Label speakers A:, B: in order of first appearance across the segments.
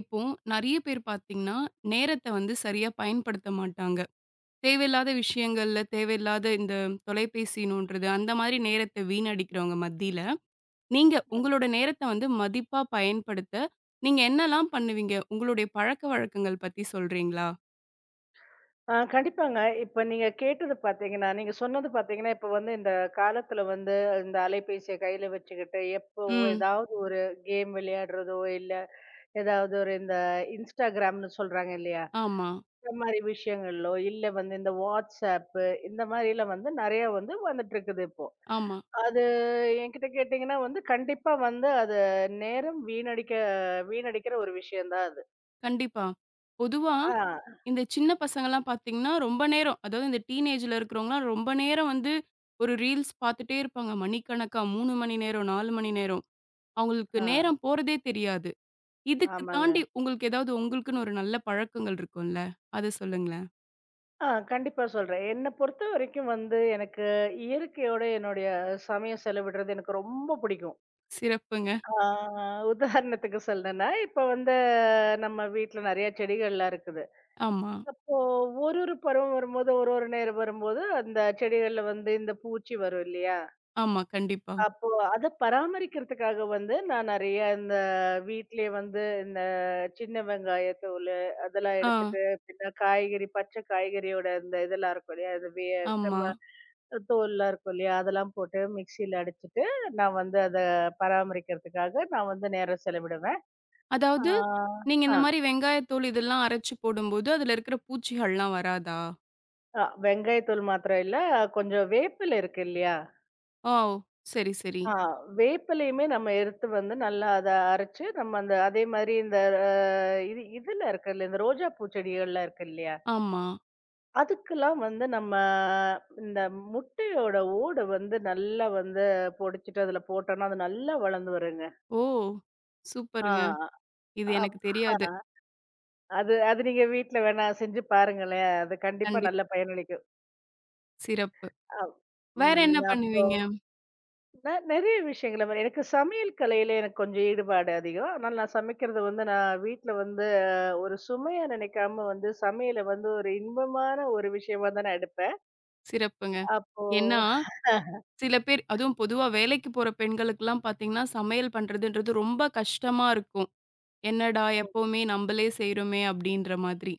A: இப்போ நெறைய பேர் பார்த்தீங்கன்னா, நேரத்த வந்து சரியா பயன்படுத்த மாட்டாங்க. தேவையில்லாத விஷயங்கள்ல, தேவையில்லாத இந்த தொலைபேசி நோண்டுறது, அந்த மாரி நேரத்த வீணடிக்கிறவங்க மத்தியில, நீங்க உங்களோட நேரத்த வந்து மதிப்பா பயன்படுத்த, நீங்க என்னலாம் பண்ணுவீங்க? உங்களுடைய பழக்கவழக்கங்கள் பத்தி சொல்றீங்களா?
B: ஆ கண்டிப்பாங்க. இப்ப நீங்க கேட்டது பார்த்தீங்கன்னா, நீங்க சொன்னது பார்த்தீங்கன்னா, இப்ப வந்து இந்த காலத்துல வந்து இந்த அலைபேசிய கையில வச்சுக்கிட்டு, எப்போ
A: ம்.
B: ஏதாவது ஒரு கேம் விளையாடுறதோ, இல்ல ஏதாவது ஒரு இந்த Instagramன்னு சொல்றாங்க இல்லையா?
A: ஆமா,
B: இந்த மாரி விஷயங்கள்லோ, இல்ல வந்து இந்த WhatsApp இந்த மாரிலாம் வந்து நெறைய வந்து வந்துட்டுருக்குது இப்போ.
A: ஆமா.
B: அது என்கிட்ட கேட்டீங்கன்னா வந்து, கண்டிப்பா வந்து அது நேரம் வீணடிக்கிற ஒரு விஷயம் தான் அது.
A: கண்டிப்பா. பொதுவா
B: ஆ,
A: இந்த சின்ன பசங்கலாம் பார்த்தீங்கன்னா, ரொம்ப நேரம் அதாவது இந்த டீனேஜ்ல இருக்கிறவங்கலாம் ரொம்ப நேரம் வந்து ஒரு ரீல்ஸ் பார்த்துட்டே இருப்பாங்க. மணிக்கணக்கா 3 மணி நேரம், 4 மணி நேரம். அவங்களுக்கு
B: ஆ.
A: நேரம் போறதே தெரியாது. இதுக்கு தாண்டி
B: ஆமாங்க.
A: உங்களுக்கு ஏதாவது உங்களுக்குன்னு ஒரு நல்ல பழக்கங்கள் இருக்கும்ல. அத சொல்லுங்களேன்.
B: ஆ கண்டிப்பா சொல்றேன். என்ன பொறுத்த வரைக்கும் வந்து எனக்கு இயற்கையோட என்னுடைய சமயம் செலவிடுறது எனக்கு ரொம்ப பிடிக்கும்.
A: சிறப்புங்க.
B: ஆ உதாரணத்துக்கு சொல்லணும்னா, இப்ப வந்து நம்ம வீட்ல நெறைய செடிகள்லாம் இருக்குது.
A: ஆமா,
B: அப்போ ஒரு ஒரு பருவம் வரும்போது, ஒரு ஒரு நேரம் வரும்போது அந்த செடிகள்ல வந்து இந்த பூச்சி வரும் இல்லையா?
A: ஆமா. கண்டிப்பா.
B: அப்போ அத பராமரிக்கிறதுக்காக வந்து நான் நெறைய இந்த வீட்லயே வந்து இந்த சின்ன வெங்காயத்தோலு அதெல்லாம்
A: ஆ,
B: எடுத்துட்டு, பின்ன காய்கறி பச்சை காய்கறியோட இந்த இதெல்லாம் இருக்கும் இல்லையா? அது
A: ஆமா.
B: நம்ம தோல்லாம் இருக்கும் இல்லையா? அதெல்லாம் போட்டு மிக்ஸியில அடிச்சுட்டு, நான் வந்து அத பராமரிக்கிறதுக்காக நான் வந்து நேரம் செலவிடுவேன். ஆ,
A: அதாவது, நீங்க
B: ஆ,
A: இந்த மாரி வெங்காயத்தூள் இதெல்லாம் அரைச்சு போடும்போது, அதுல இருக்கிற பூச்சிகள்லாம் வராதா?
B: வெங்காயத்தூள் மாத்திரம் இல்ல, கொஞ்சம் வேப்பில இருக்கு இல்லையா?
A: ஓ! சரி, சரி.
B: ஆ வேப்பிலையுமே நம்ம எடுத்து வந்து நல்லா அத அரைச்சு, நம்ம அந்த அதே மாரி இந்த இது இதுல இருக்குல்ல, இந்த ரோஜா பூ செடிகள்லாம் இருக்கு இல்லையா?
A: ஆமா.
B: அதுக்கெல்லாம் வந்து நம்ம இந்த முட்டையோட ஓடு வந்து நல்லா வந்து பொடிச்சுட்டு அதுல போட்டோம்னா, அது நல்லா வளர்ந்து வருங்க.
A: ஓ!
B: ஆ,
A: சூப்பருங்க. இது எனக்கு
B: அப் ஆ.
A: தெரியாது.
B: அது அது நீங்க வீட்ல வேணா செஞ்சு பாருங்களேன். அது கண்டிப்பா
A: கண்டிப்
B: நல்ல பயனளிக்கும்.
A: சிறப்பு.
B: அப்
A: வேற என்ன
B: அப்போ
A: பண்ணுவீங்க?
B: நான் நெறைய விஷயங்கள் அது மாரி எனக்கு சமையல் கலையில எனக்கு கொஞ்சம் ஈடுபாடு அதிகம். அதனால நான் சமைக்கிறது வந்து நான் வீட்ல வந்து ஒரு சுமையா நினைக்காம வந்து சமையல வந்து ஒரு இன்பமான ஒரு விஷயமா தான் நான் எடுப்பேன்.
A: சிறப்புங்க.
B: அப்போ
A: ஏன்னா சில பேர் அதுவும் பொதுவா வேலைக்கு போற பெண்களுக்கெல்லாம் பார்த்தீங்கன்னா, சமையல் பண்றதுன்றது ரொம்ப கஷ்டமா இருக்கும். என்னடா!
B: ம்,
A: எப்பவுமே நம்பளே செய்றோமே அப்டின்ற மாதிரி.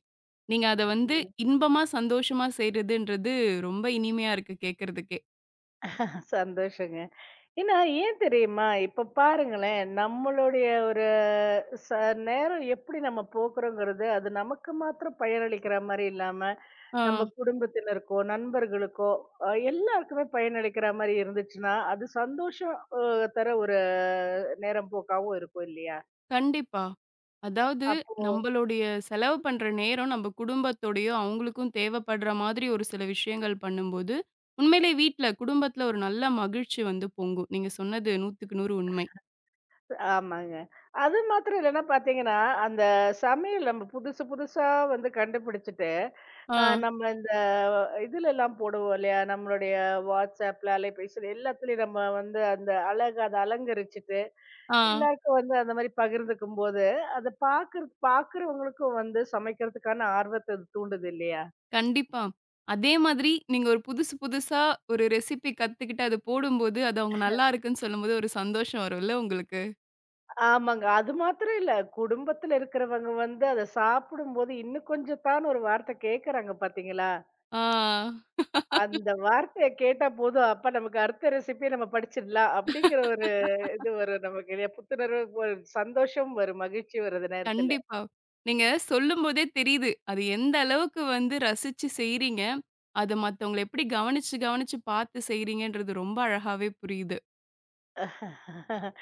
A: நீங்க அத வந்து
B: ம்.
A: இன்பமா, சந்தோஷமா செய்றதுன்றது ரொம்ப இனிமையா இருக்கு கேட்கறதுக்கே.
B: சந்தோஷங்க. ஏன்னா ஏன் தெரியுமா? இப்ப பாருங்களேன், நம்மளுடைய ஒரு ச நேரம் எப்படி நம்ம போக்குறோங்கிறது, அது நமக்கு மாத்திரம் பயனளிக்கிற மாரி இல்லாம,
A: ஆ,
B: நம்ம குடும்பத்தினருக்கோ, நண்பர்களுக்கோ, எல்லாருக்குமே பயனளிக்கிற மாரி இருந்துச்சுன்னா, அது சந்தோஷம் தர ஒரு நேரம் போக்காவும் இருக்கும் இல்லையா?
A: கண்டிப்பா. அதாவது நம்பளுடைய செலவு பண்ற நேரம் நம்ப குடும்பத்தோடயோ, அவங்களுக்கும் தேவைப்படுற மாதிரி ஒரு சில விஷயங்கள் பண்ணும்போது, உண்மையிலே வீட்ல, குடும்பத்துல ஒரு நல்ல மகிழ்ச்சி வந்து பொங்கும். நீங்க சொன்னது 100க்கு 100 உண்மை.
B: ஆமாங்க. அது மாத்திரம் இல்லன்னா பார்த்தீங்கன்னா, அந்த சமையல் நம்ம புதுசு புதுசா வந்து கண்டுபிடிச்சுட்டு,
A: ஆ,
B: நம்ம இந்த இதுலலாம் போடுவோம் இல்லையா? நம்மளுடைய WhatsAppல, அலைபேசியில எல்லாத்துலயும் நம்ம வந்து அந்த அழகா அத அலங்கரிச்சுட்டு,
A: ஆ.
B: எல்லாருக்கும் வந்து அந்த மாரி பகிர்ந்துக்கும்போது, அத பார்க்குறவங்களுக்கும் வந்து சமைக்கிறதுக்கான ஆர்வத்த அது தூண்டுது இல்லையா?
A: கண்டிப்பா. அதே மாதிரி நீங்க ஒரு புதுசு புதுசா ஒரு ரெசிபி கத்துக்கிட்டு அது போடும்போது, அது அவங்க நல்லா இருக்குன்னு சொல்லும்போது ஒரு சந்தோஷம் வரும்ல உங்களுக்கு?
B: ஆமாங்க. அது மாத்திரம் இல்ல. குடும்பத்துல இருக்கிறவங்க வந்து அத சாப்பிடும்போது, இன்னும் கொஞ்சம் தான்னு ஒரு வார்த்தை கேட்கறாங்க பார்த்தீங்களா?
A: ஆ,
B: அந்த வார்த்தைய கேட்டா போதும், அப்ப நமக்கு அடுத்த ரெசிபிய நம்ம படிச்சிடலாம். அப்படிங்கிற ஒரு இது வரும் நமக்கு இல்லையா? புத்துணர்வு ஒரு சந்தோஷம் வரும், மகிழ்ச்சி வரும் அந்த நேரத்துல.
A: கண்டிப்பா. நீங்க சொல்லும்போதே தெரியுது. அது எந்த அளவுக்கு வந்து ரசிச்சு செய்றீங்க. அத மத்தவங்கள எப்படி கவனிச்சு, கவனிச்சு பார்த்து செய்றீங்கன்றது ரொம்ப அழகாவே புரியுது.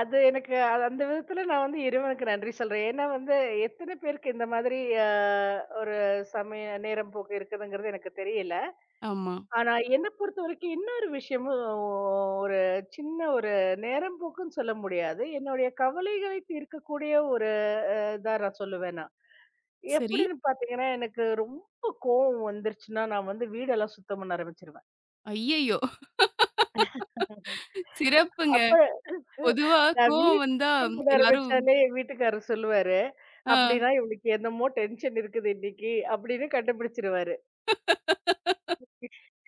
B: அது எனக்கு அது அந்த விதத்துல நான் வந்து இறைவனுக்கு நன்றி சொல்றேன். ஏன்னா வந்து எத்தன பேருக்கு இந்த மாதிரி அ ஒரு சமய நேரம் போக்கு இருக்குதுங்கிறது எனக்கு தெரியல.
A: ஆமா.
B: ஆனா என்ன பொறுத்தவரைக்கும் இன்னொரு விஷயமும் ஒரு சின்ன ஒரு நேரம் போக்குன்னு சொல்ல முடியாது. என்னுடைய கவலைகளை தீர்க்கக்கூடிய ஒரு இதா நான் சொல்லுவேன் நான்.
A: சரி.
B: எப்படின்னு பாத்தீங்கன்னா, எனக்கு ரொம்ப கோவம் வந்துருச்சுன்னா, நான் வந்து வீடெல்லாம் சுத்தம் பண்ண ஆரம்பிச்சுருவேன்.
A: ஐயய்யோ! சிறப்புங்க.
B: அப்ப
A: பொதுவா
B: நான் வீடு
A: கோவம் வந்தா
B: சுத்தம் பண்ண
A: எல்லாரும்.
B: ஆரம்பிச்சாலே, என் வீட்டுக்காரர் சொல்லுவாரு,
A: ஆ,
B: "அப்படின்னா இவளுக்கு என்னமோ டென்ஷன் இருக்குது இன்னைக்கு" அப்படின்னு கண்டுபிடிச்சிருவாரு.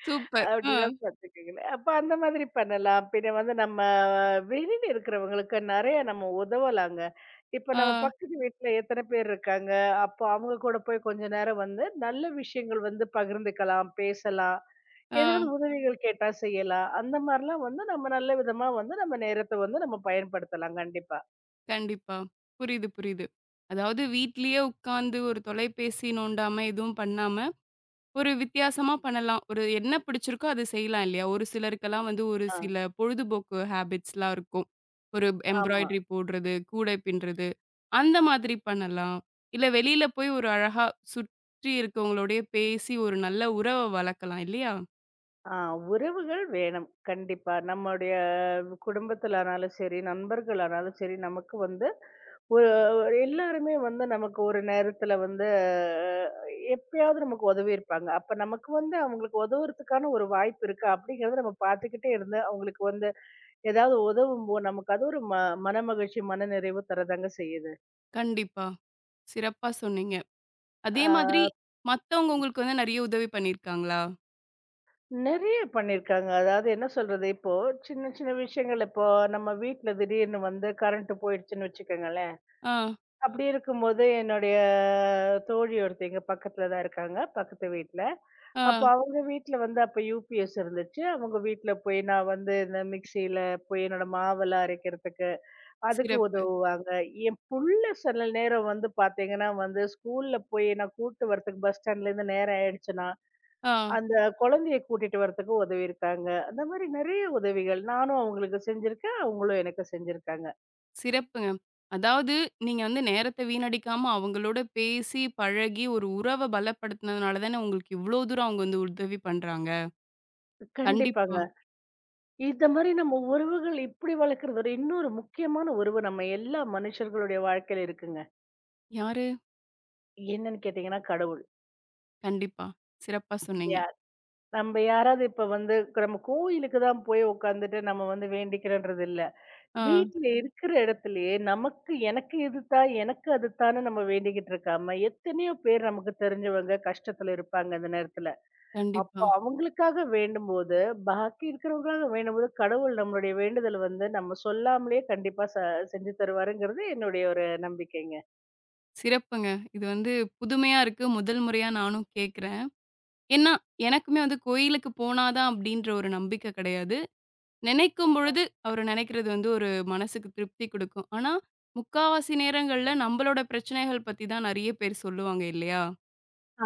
A: சூப்பர். ஆ,
B: அப்படின்னா பார்த்துக்கங்களேன். அப்ப அந்த மாதிரி பண்ணலாம். பின்ன வந்து நம்ம வெளியில இருக்கிறவங்களுக்கு நெறைய நம்ம உதவலாங்க. இப்ப
A: ஆ,
B: நம்ம பக்கத்து வீட்ல எத்தன பேர் இருக்காங்க, அப்போ அவங்க கூட போய் கொஞ்ச நேரம் வந்து நல்ல விஷயங்கள் வந்து பகிர்ந்துக்கலாம், பேசலாம்.
A: ஆ.
B: ஏதாவது உதவிகள் கேட்டா செய்யலாம். அந்த மாரிலாம் வந்து நம்ம நல்ல விதமா வந்து நம்ம நேரத்த வந்து நம்ம பயன்படுத்தலாம் கண்டிப்பா.
A: கண்டிப்பா. புரியுது, புரியுது. அதாவது வீட்லயே உட்காந்து ஒரு தொலைபேசி நோண்டாம எதுவும் பண்ணாம, ஒரு வித்தியாசமா பண்ணலாம். ஒரு என்ன பிடிச்சிருக்கோ அத செய்யலாம் இல்லையா? ஒரு சிலருக்கெல்லாம் வந்து ஒரு
B: ஆ.
A: சில பொழுதுபோக்கு ஹேபிட்ஸ்லாம் இருக்கும். ஒரு
B: ஆமா.
A: எம்ப்ராய்டரி போடுறது, கூடை பின்றது, அந்த மாதிரி பண்ணலாம். இல்ல வெளியில போய் ஒரு அழகா சுற்றி இருக்கவங்களோடயே பேசி ஒரு நல்ல உறவ வளர்க்கலாம் இல்லையா?
B: ஆ உறவுகள் வேணும். கண்டிப்பா. நம்முடைய குடும்பத்துல ஆனாலும் சரி, நண்பர்கள் ஆனாலும் சரி, நமக்கு வந்து ஒரு ஒரு எல்லாருமே வந்து நமக்கு ஒரு நேரத்துல வந்து எப்பயாவது நமக்கு உதவி இருப்பாங்க. அப்ப நமக்கு வந்து அவங்களுக்கு உதவுறதுக்கான ஒரு வாய்ப்பு இருக்கா? அப்படிங்கிறத நம்ம பார்த்துக்கிட்டே இருந்து, அவங்களுக்கு வந்து ஏதாவது உதவும்போது நமக்கு அது ஒரு மனமகிழ்ச்சி, மனநிறைவு தரதாங்க செய்யுது.
A: கண்டிப்பா. சிறப்பா சொன்னீங்க. அதே மாதிரி
B: ஆ
A: மத்தவங்க உங்களுக்கு வந்து நெறைய உதவி பண்ணியிருக்காங்களா?
B: நிறைய பண்ணியிருக்காங்க. அதாவது என்ன சொல்றது, இப்போ சின்ன சின்ன விஷயங்கள் இப்போ நம்ம வீட்ல திடீர்னு வந்து கரண்ட் போயிடுச்சுன்னு வச்சுக்கோங்களேன்.
A: ஆ,
B: அப்படி இருக்கும்போது என்னுடைய தோழி ஒருத்தைங்க பக்கத்துல தான் இருக்காங்க, பக்கத்து வீட்ல.
A: ஆ.
B: அப்ப அவங்க வீட்ல வந்து அப்ப யூபிஎஸ் இருந்துச்சு. அவங்க வீட்ல போய் நான் வந்து இந்த மிக்ஸியில போய் என்னோட மாவெல்லாம் அரைக்கிறதுக்கு, அதுக்கு
A: சிறப்பு.
B: உதவுவாங்க. என் புள்ள சில நேரம் வந்து பார்த்தீங்கன்னா வந்து ஸ்கூல்ல போய் நான் கூட்டு வரதுக்கு பஸ் ஸ்டாண்ட்லேருந்து நேரம் ஆயிடுச்சுன்னா
A: ஆ,
B: அந்த குழந்தைய கூட்டிட்டு வரதுக்கு உதவி இருக்காங்க. அந்த மாரி நெறைய உதவிகள். நானும் அவங்களுக்கு செஞ்சிருக்கேன். அவங்களும் எனக்கு செஞ்சிருக்காங்க.
A: சிறப்புங்க. அதாவது நீங்க வந்து நேரத்த வீணடிக்காம அவங்களோட பேசி, பழகி ஒரு உறவ பலப்படுத்துனதுனால தானே உங்களுக்கு இவ்ளோ தூரம் அவங்க வந்து உதவி பண்றாங்க.
B: கண்டிப்பாங்க.
A: கண்டிப்பா.
B: இந்த மாரி நம்ம உறவுகள் இப்படி வளர்க்கறது ஒரு இன்னொரு முக்கியமான உறவு நம்ம எல்லா மனுஷர்களுடைய வாழ்க்கையில இருக்குங்க.
A: யாரு?
B: என்னன்னு கேட்டீங்கன்னா கடவுள்.
A: கண்டிப்பா. சிறப்பா சொன்னீங்க.
B: இல்லையா? நம்ம யாராவது இப்ப வந்து நம்ம கோயிலுக்கு தான் போய் உட்காந்துட்டு நம்ம வந்து வேண்டிக்கிறோன்றது இல்ல.
A: ஆ,
B: வீட்ல இருக்கிற இடத்துலயே நமக்கு எனக்கு இது தான், எனக்கு அது தான்னு நம்ம வேண்டிக்கிட்டு இருக்காம, எத்தனையோ பேர் நமக்கு தெரிஞ்சவங்க கஷ்டத்துல இருப்பாங்க அந்த நேரத்துல. அப்போ
A: கண்டிப்பா.
B: அவங்களுக்காக வேண்டும்போது, பாக்கி இருக்கிறவங்களுக்காக வேண்டும்போது, கடவுள் நம்மளுடைய வேண்டுதல் வந்து நம்ம சொல்லாமலே கண்டிப்பா செஞ்சு தருவாருங்கிறது என்னுடைய ஒரு நம்பிக்கைங்க.
A: சிறப்புங்க. இது வந்து புதுமையா இருக்கு. முதல் முறையா நானும் கேட்கிறேன். ஏன்னா, எனக்குமே வந்து கோயிலுக்கு போனா தான் அப்படின்ற ஒரு நம்பிக்கை கிடையாது. நினைக்கும் பொழுது அவரு நினைக்கிறது வந்து ஒரு மனசுக்கு திருப்தி குடுக்கும். ஆனா, முக்காவாசி நேரங்கள்ல நம்பளோட பிரச்சனைகள் பத்தி தான் நெறைய பேர் சொல்லுவாங்க இல்லையா?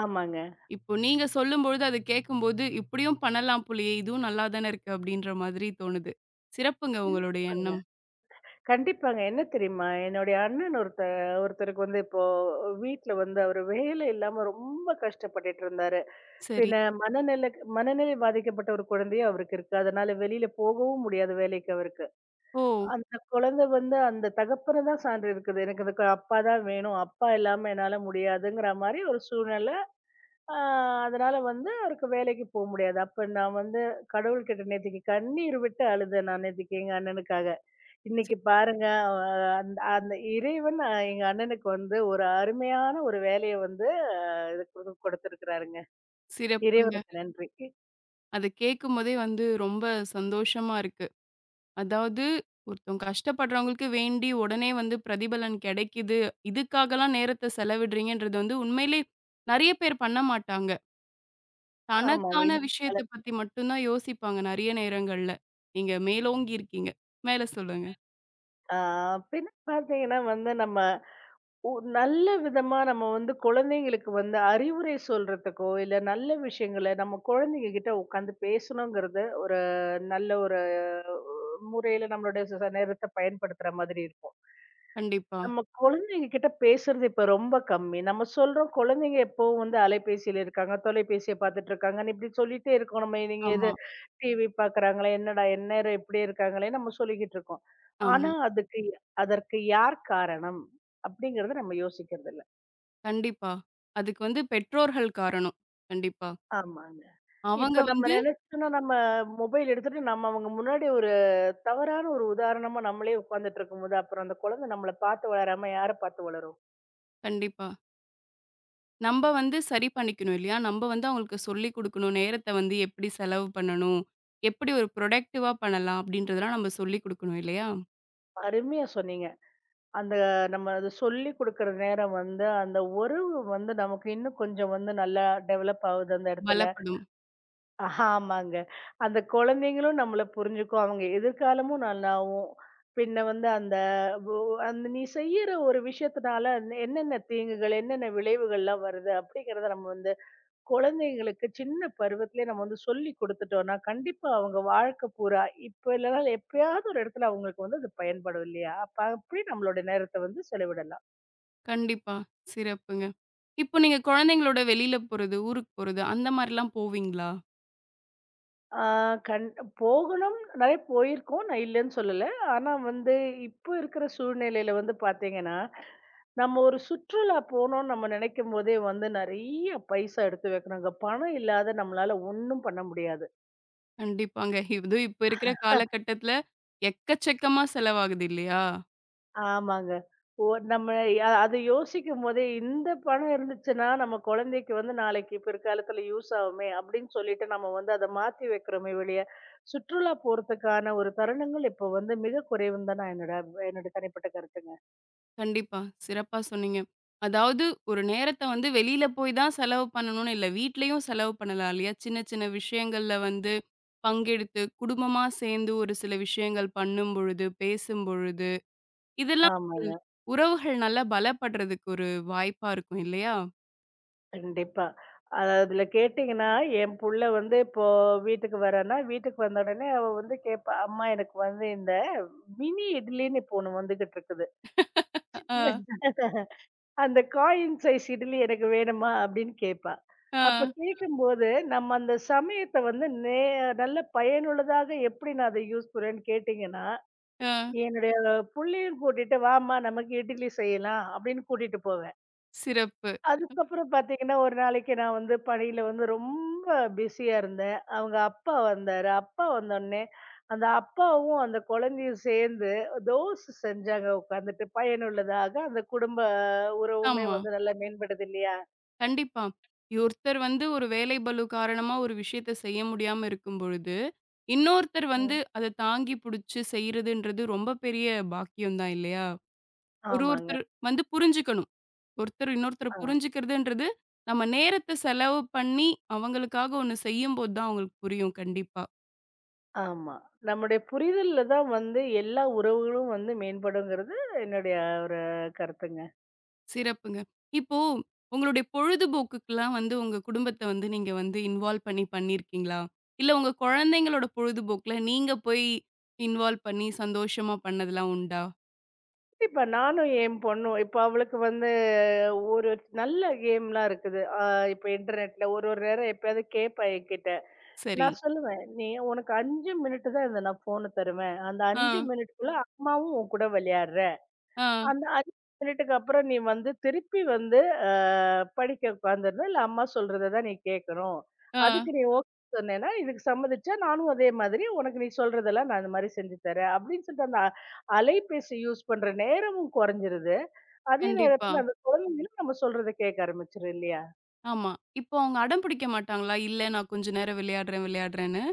B: ஆமாங்க.
A: இப்போ நீங்க சொல்லும்பொழுது, அத கேட்கும்போது, "இப்படியும் பண்ணலாம் போலயே! இதுவும் நல்லா தானே இருக்கு." அப்படீன்ற மாதிரி தோணுது. சிறப்புங்க உங்களோட
B: கண்டிப்பாங்க.
A: எண்ணம்.
B: கண்டிப்பாங்க. என்ன தெரியுமா? என்னுடைய அண்ணன் ஒருத்தருக்கு வந்து இப்போ வீட்ல வந்து அவரு வேலை இல்லாம ரொம்ப கஷ்டப்பட்டுட்டு இருந்தாரு.
A: சரி.
B: பின்ன மனநிலை மனநிலை பாதிக்கப்பட்ட ஒரு குழந்தையும் அவருக்கு இருக்கு. அதனால வெளியில போகவும் முடியாது வேலைக்கு அவருக்கு.
A: ஓ!
B: அந்த குழந்தை வந்து அந்த தகப்பன தான் சார்ந்து இருக்குது. எனக்கு அதுக்கு அப்பா தான் வேணும். அப்பா இல்லாம என்னால முடியாதுங்கிற மாரி ஒரு சூழ்நிலை. அ அதனால வந்து அவருக்கு வேலைக்கு முடியாது. அப்ப நான் வந்து கடவுள்கிட்ட நேத்திக்கு கண்ணீர் விட்டு அழுதேன் நான் நேத்திக்கு எங்க அண்ணனுக்காக.
A: சி
B: இன்னைக்கு பாருங்க அந்த அந்த இறைவன் எங்க அண்ணனுக்கு வந்து ஒரு அருமையான ஒரு வேலைய வந்து அ இது கொடுத்திருக்கிறாருங்க.
A: சிறப்புங்க.
B: இறைவனுக்கு நன்றி.
A: அத கேட்கும்போதே வந்து ரொம்ப சந்தோஷமா இருக்கு. அதாவது, ஒருத்தவங்க கஷ்டப்படுறவங்களுக்கு வேண்டி உடனே வந்து பிரதிபலன் கிடைக்குது. இதுக்காகலாம் நேரத்த செலவிடுறீங்கன்றது வந்து உண்மையிலே நெறைய பேர் பண்ண மாட்டாங்க.
B: ஆமாங்க.
A: தனக்கான
B: இந்த கால
A: விஷயத்த பத்தி மட்டும் தான் யோசிப்பாங்க நெறைய நேரங்கள்ல. நீங்க மேலோங்கி இருக்கீங்க. மேல சொல்லுங்க.
B: ஆ பின்ன பார்த்தீங்கன்னா வந்து நம்ம ஒரு நல்ல விதமா நம்ம வந்து குழந்தைங்களுக்கு வந்து அறிவுரை சொல்றதுக்கோ, இல்ல நல்ல விஷயங்கள நம்ம குழந்தைங்க கிட்ட உட்காந்து பேசணுங்கிறது ஒரு நல்ல ஒரு முறையில நம்மளுடைய நேரத்த பயன்படுத்துற மாதிரி இருக்கும்.
A: கண்டிப்பா.
B: நம்ம குழந்தைங்க கிட்ட பேசுறது இப்ப ரொம்ப கம்மி. நம்ம சொல்றோம் குழந்தைங்க எப்பவும் வந்து அலைபேசியில இருக்காங்க, தொலைபேசிய பார்த்துட்டு இருக்காங்கன்னு இப்படி சொல்லிட்டே இருக்கோம். நம்ம நீங்க இது
A: ஆமா,
B: டிவி பார்க்குறாங்களே, என்னடா எந்நேரம் இப்படியே இருக்காங்களே நம்ம சொல்லிக்கிட்டு இருக்கோம். ஆனா
A: ஆமா.
B: அதுக்கு அதற்கு யார் காரணம்? அப்படிங்கிறத நம்ம யோசிக்கிறதில்ல.
A: கண்டிப்பா. அதுக்கு வந்து பெற்றோர்கள் காரணம். கண்டிப்பா.
B: ஆமாங்க.
A: அவங்க
B: இப்ப நம்ம
A: வந்து
B: நெனச்சோம்னா, நம்ம மொபைல் எடுத்துட்டு நம்ம அவங்க முன்னாடி ஒரு தவறான ஒரு உதாரணமா நம்மளே உட்கார்ந்துட்டு இருக்கும்போது, அப்புறம் அந்த குழந்தை நம்மள பார்த்து வளராம யார பார்த்து வளரும்?
A: கண்டிப்பா. நம்ப வந்து சரி பண்ணிக்கணும் இல்லையா? நம்ப வந்து அவங்களுக்கு சொல்லிக் குடுக்கணும். நேரத்த வந்து எப்படி செலவு பண்ணணும்? எப்படி ஒரு ப்ரொடக்டிவா பண்ணலாம்? அப்படின்றதெல்லாம் நம்ம சொல்லிக் குடுக்கணும் இல்லையா?
B: அருமையா சொன்னீங்க. அந்த நம்ம அது சொல்லிக் குடுக்குற நேரம் வந்து, அந்த உறவு வந்து நமக்கு இன்னும் கொஞ்சம் வந்து நல்லா டெவலப் ஆகுது அந்த இடத்துல.
A: பலப்படும்.
B: ஆமாங்க. அந்த குழந்தைங்களும் நம்மள புரிஞ்சுக்கும். அவங்க எதிர்காலமும் நல்லாவும். பின்ன வந்து அந்த ஒ அந்த நீ செய்யற ஒரு விஷயத்தினால அந்த என்னென்ன தீங்குகள், என்னென்ன விளைவுகள்லாம் வருது அப்படிங்கிறத நம்ம வந்து குழந்தைங்களுக்கு சின்ன பருவத்திலயே நம்ம வந்து சொல்லிக் குடுத்துட்டோம்னா, கண்டிப்பா அவங்க வாழ்க்கை பூரா இப்ப இல்லனாலும் எப்பயாவது ஒரு இடத்துல அவங்களுக்கு வந்து அது பயன்படும் இல்லையா? அப்ப அப்படி நம்மளோட நேரத்த வந்து செலவிடலாம்.
A: கண்டிப்பா. சிறப்புங்க. இப்போ நீங்க குழந்தைங்களோட வெளியில போறது, ஊருக்கு போறது அந்த மாரிலாம் போவீங்களா?
B: ஆ கண் போகணும். நெறைய போயிருக்கோம். நான் இல்லன்னு சொல்லல. ஆனா வந்து இப்போ இருக்கிற சூழ்நிலையில வந்து பார்த்தீங்கன்னா, நம்ம ஒரு சுற்றுலா போனோம்னு நம்ம நெனைக்கும் போதே வந்து நெறைய பைசா எடுத்து வைக்கணுங்க. பணம் இல்லாத நம்மளால ஒண்ணும் பண்ண முடியாது.
A: கண்டிப்பாங்க. இதுவும் இப்ப இருக்கிற காலகட்டத்தில எக்கச்சக்கமா செலவாகுது இல்லையா?
B: ஆமாங்க. ஓ நம்ம அது யோசிக்கும்போதே, "இந்த பணம் இருந்துச்சுன்னா, நம்ம குழந்தைக்கு வந்து நாளைக்கு பிற்காலத்துல யூஸ் ஆகுமே!" அப்படின்னு சொல்லிட்டு நம்ம வந்து அத மாத்தி வைக்கிறோமே வெளிய, சுற்றுலா போறதுக்கான ஒரு தருணங்கள் இப்போ வந்து மிக குறைவுன்னு தான் நான் என்னோட என்னோட தனிப்பட்ட கருத்துங்க.
A: கண்டிப்பா. சிறப்பா சொன்னீங்க. அதாவது ஒரு நேரத்த வந்து வெளியில போய் தான் செலவு பண்ணணும்னு இல்ல. வீட்லயும் செலவு பண்ணலாம் இல்லையா? சின்ன சின்ன விஷயங்கள்ல வந்து பங்கெடுத்து, குடும்பமா சேர்ந்து ஒரு சில விஷயங்கள் பண்ணும்பொழுது, பேசும்பொழுது, இதெல்லாம்
B: ஆமாங்க.
A: உறவுகள் நல்லா பலப்படுறதுக்கு ஒரு வாய்ப்பா இருக்கும் இல்லையா?
B: கண்டிப்பா. அது அதுல கேட்டீங்கன்னா, என் புள்ள வந்து இப்போ வீட்டுக்கு வரான்னா, வீட்டுக்கு வந்த உடனே அவ வந்து கேட்பா, "அம்மா எனக்கு வந்து இந்த மினி இட்லின்னு இப்போ ஒண்ணு வந்துகிட்டு இருக்குது."
A: ஆ,
B: அந்த காயின் சைஸ் இட்லி எனக்கு வேணுமா அப்படின்னு கேட்பா. அப்ப
A: ஆ,
B: கேட்கும்போது, நம்ம அந்த சமயத்த வந்து நல்ல பயனுள்ளதாக எப்படி நான் அத யூஸ் பண்ணுவேன்னு கேட்டீங்கன்னா,
A: ஆ.
B: என்னுடைய புள்ளையும் கூட்டிட்டு, "வாம்மா நமக்கு இட்லி செய்யலாம்" அப்படின்னு கூட்டிட்டு போவேன்.
A: சிறப்பு.
B: அதுக்கப்புறம் பார்த்தீங்கன்னா, ஒரு நாளைக்கு நான் வந்து பணியில வந்து ரொம்ப பிஸியா இருந்தேன். அவங்க அப்பா வந்தாரு. அப்பா வந்தோனே, அந்த அப்பாவும், அந்த குழந்தையும் சேர்ந்து தோசை செஞ்சாங்க உட்காந்துட்டு. பயனுள்ளதாக அந்த குடும்ப உறவுமே
A: ஆமா.
B: வந்து நல்லா மேம்படுது இல்லையா?
A: கண்டிப்பா. ஒருத்தர் வந்து ஒரு வேலை பளு காரணமா ஒரு விஷயத்த செய்ய முடியாம இருக்கும் பொழுது இன்னொருத்தர் வந்து
B: ம்.
A: அத தாங்கி புடிச்சு செய்றதுன்றது ரொம்ப பெரிய பாக்கியம் தான் இல்லையா?
B: ஆமாங்க.
A: ஒருத்தர் வந்து புரிஞ்சுக்கணும். ஒருத்தர் இன்னொருத்தர
B: ஆ.
A: புரிஞ்சுக்கிறதுன்றது, நம்ம நேரத்த செலவு பண்ணி அவங்களுக்காக ஒண்ணு செய்யும்போது தான் அவங்களுக்கு புரியும் கண்டிப்பா.
B: ஆமா. நம்முடைய புரிதல்ல தான் வந்து எல்லா உறவுகளும் வந்து மேம்படுங்கிறது என்னுடைய ஒரு கருத்துங்க.
A: சிறப்புங்க. இப்போ உங்களுடைய பொழுதுபோக்குக்குலாம் வந்து உங்க குடும்பத்த வந்து நீங்க வந்து இன்வால்வ் பண்ணியிருக்கீங்களா? இல்ல உங்க குழந்தைங்களோட பொழுதுபோக்குல நீங்க போய் இன்வால்வ் பண்ணி சந்தோஷமா பண்ணதெல்லாம் உண்டா?
B: கண்டிப்பா. நானும் என் பொண்ணும். இப்ப அவளுக்கு வந்து ஒரு நல்ல கேம்லாம் இருக்குது. இப்ப இன்டர்நெட்ல ஒரு ஒரு நேரம் எப்பயாவது கேட்பா என்கிட்ட.
A: சரி.
B: நான் சொல்லுவேன், "நீ உனக்கு 5 மினிட் தான் இந்த நான் ஃபோன தருவேன். அந்த
A: ஆ,
B: 5 மினிட்குள்ள அம்மாவும் உன் கூட விளையாடுற"
A: ஆ,
B: அந்த 5 மினிட்டுக்கு அப்புறம் நீ வந்து திருப்பி வந்து அ படிக்க உட்காந்துரணும். இல்ல அம்மா சொல்றத தான் நீ கேட்கணும்.
A: ஆ.
B: அதுக்கு நீ ஓகே சொன்னேன்னா, இதுக்கு சம்மதிச்சா நானும் அதே மாதிரி உனக்கு நீ சொல்றதெல்லாம் நான் இந்த மாரி செஞ்சு தரேன். அப்படின்னு சொல்லிட்டு அந்த அலைபேசி யூஸ் பண்ற நேரமும் குறைஞ்சிருது. அதே
A: கண்டிப்பா.
B: நேரத்துல அந்த குழந்தைங்களும் நம்ம சொல்றத கேட்க ஆரம்பிச்சுரும் இல்லையா?
A: ஆமா. இப்போ அவங்க அடம் பிடிக்க மாட்டாங்களா? இல்ல நான் கொஞ்ச நேரம் விளையாடுறேன், விளையாடுறேன்னு.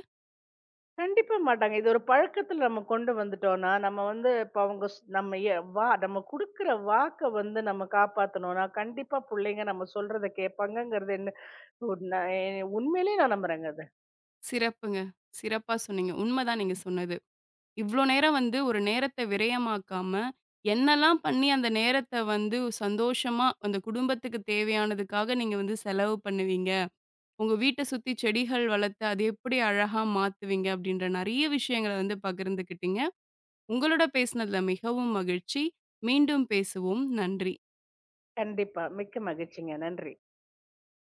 B: கண்டிப்பா மாட்டாங்க. இது ஒரு பழக்கத்துல நம்ம கொண்டு வந்துட்டோம்னா, நம்ம வந்து இப்ப அவங்க ஸ் நம்ம எ வா நம்ம குடுக்குற வாக்க வந்து நம்ம காப்பாத்தணும்னா, கண்டிப்பா புள்ளைங்க நம்ம சொல்றத கேட்பாங்கங்கிறது உண்ம உண்மையிலேயே நான் நம்புறேங்க அது.
A: சிறப்புங்க. சிறப்பா சொன்னீங்க. உண்மதான் நீங்க சொன்னது. இவ்ளோ நேரம் வந்து ஒரு நேரத்த விரயமாக்காம, என்னலாம் பண்ணி அந்த நேரத்த வந்து சந்தோஷமா அந்த குடும்பத்துக்கு தேவையானதுக்காக நீங்க வந்து செலவு பண்ணுவீங்க. உங்க வீட்ட சுத்தி செடிகள் வளர்த்து அது எப்படி அழகா மாத்துவீங்க அப்படின்ற நெறைய விஷயங்கள வந்து பகிர்ந்துக்கிட்டீங்க. உங்களோட பேசினதுல மிகவும் மகிழ்ச்சி. மீண்டும் பேசுவோம். நன்றி.
B: கண்டிப்பா. மிக்க மகிழ்ச்சிங்க. நன்றி.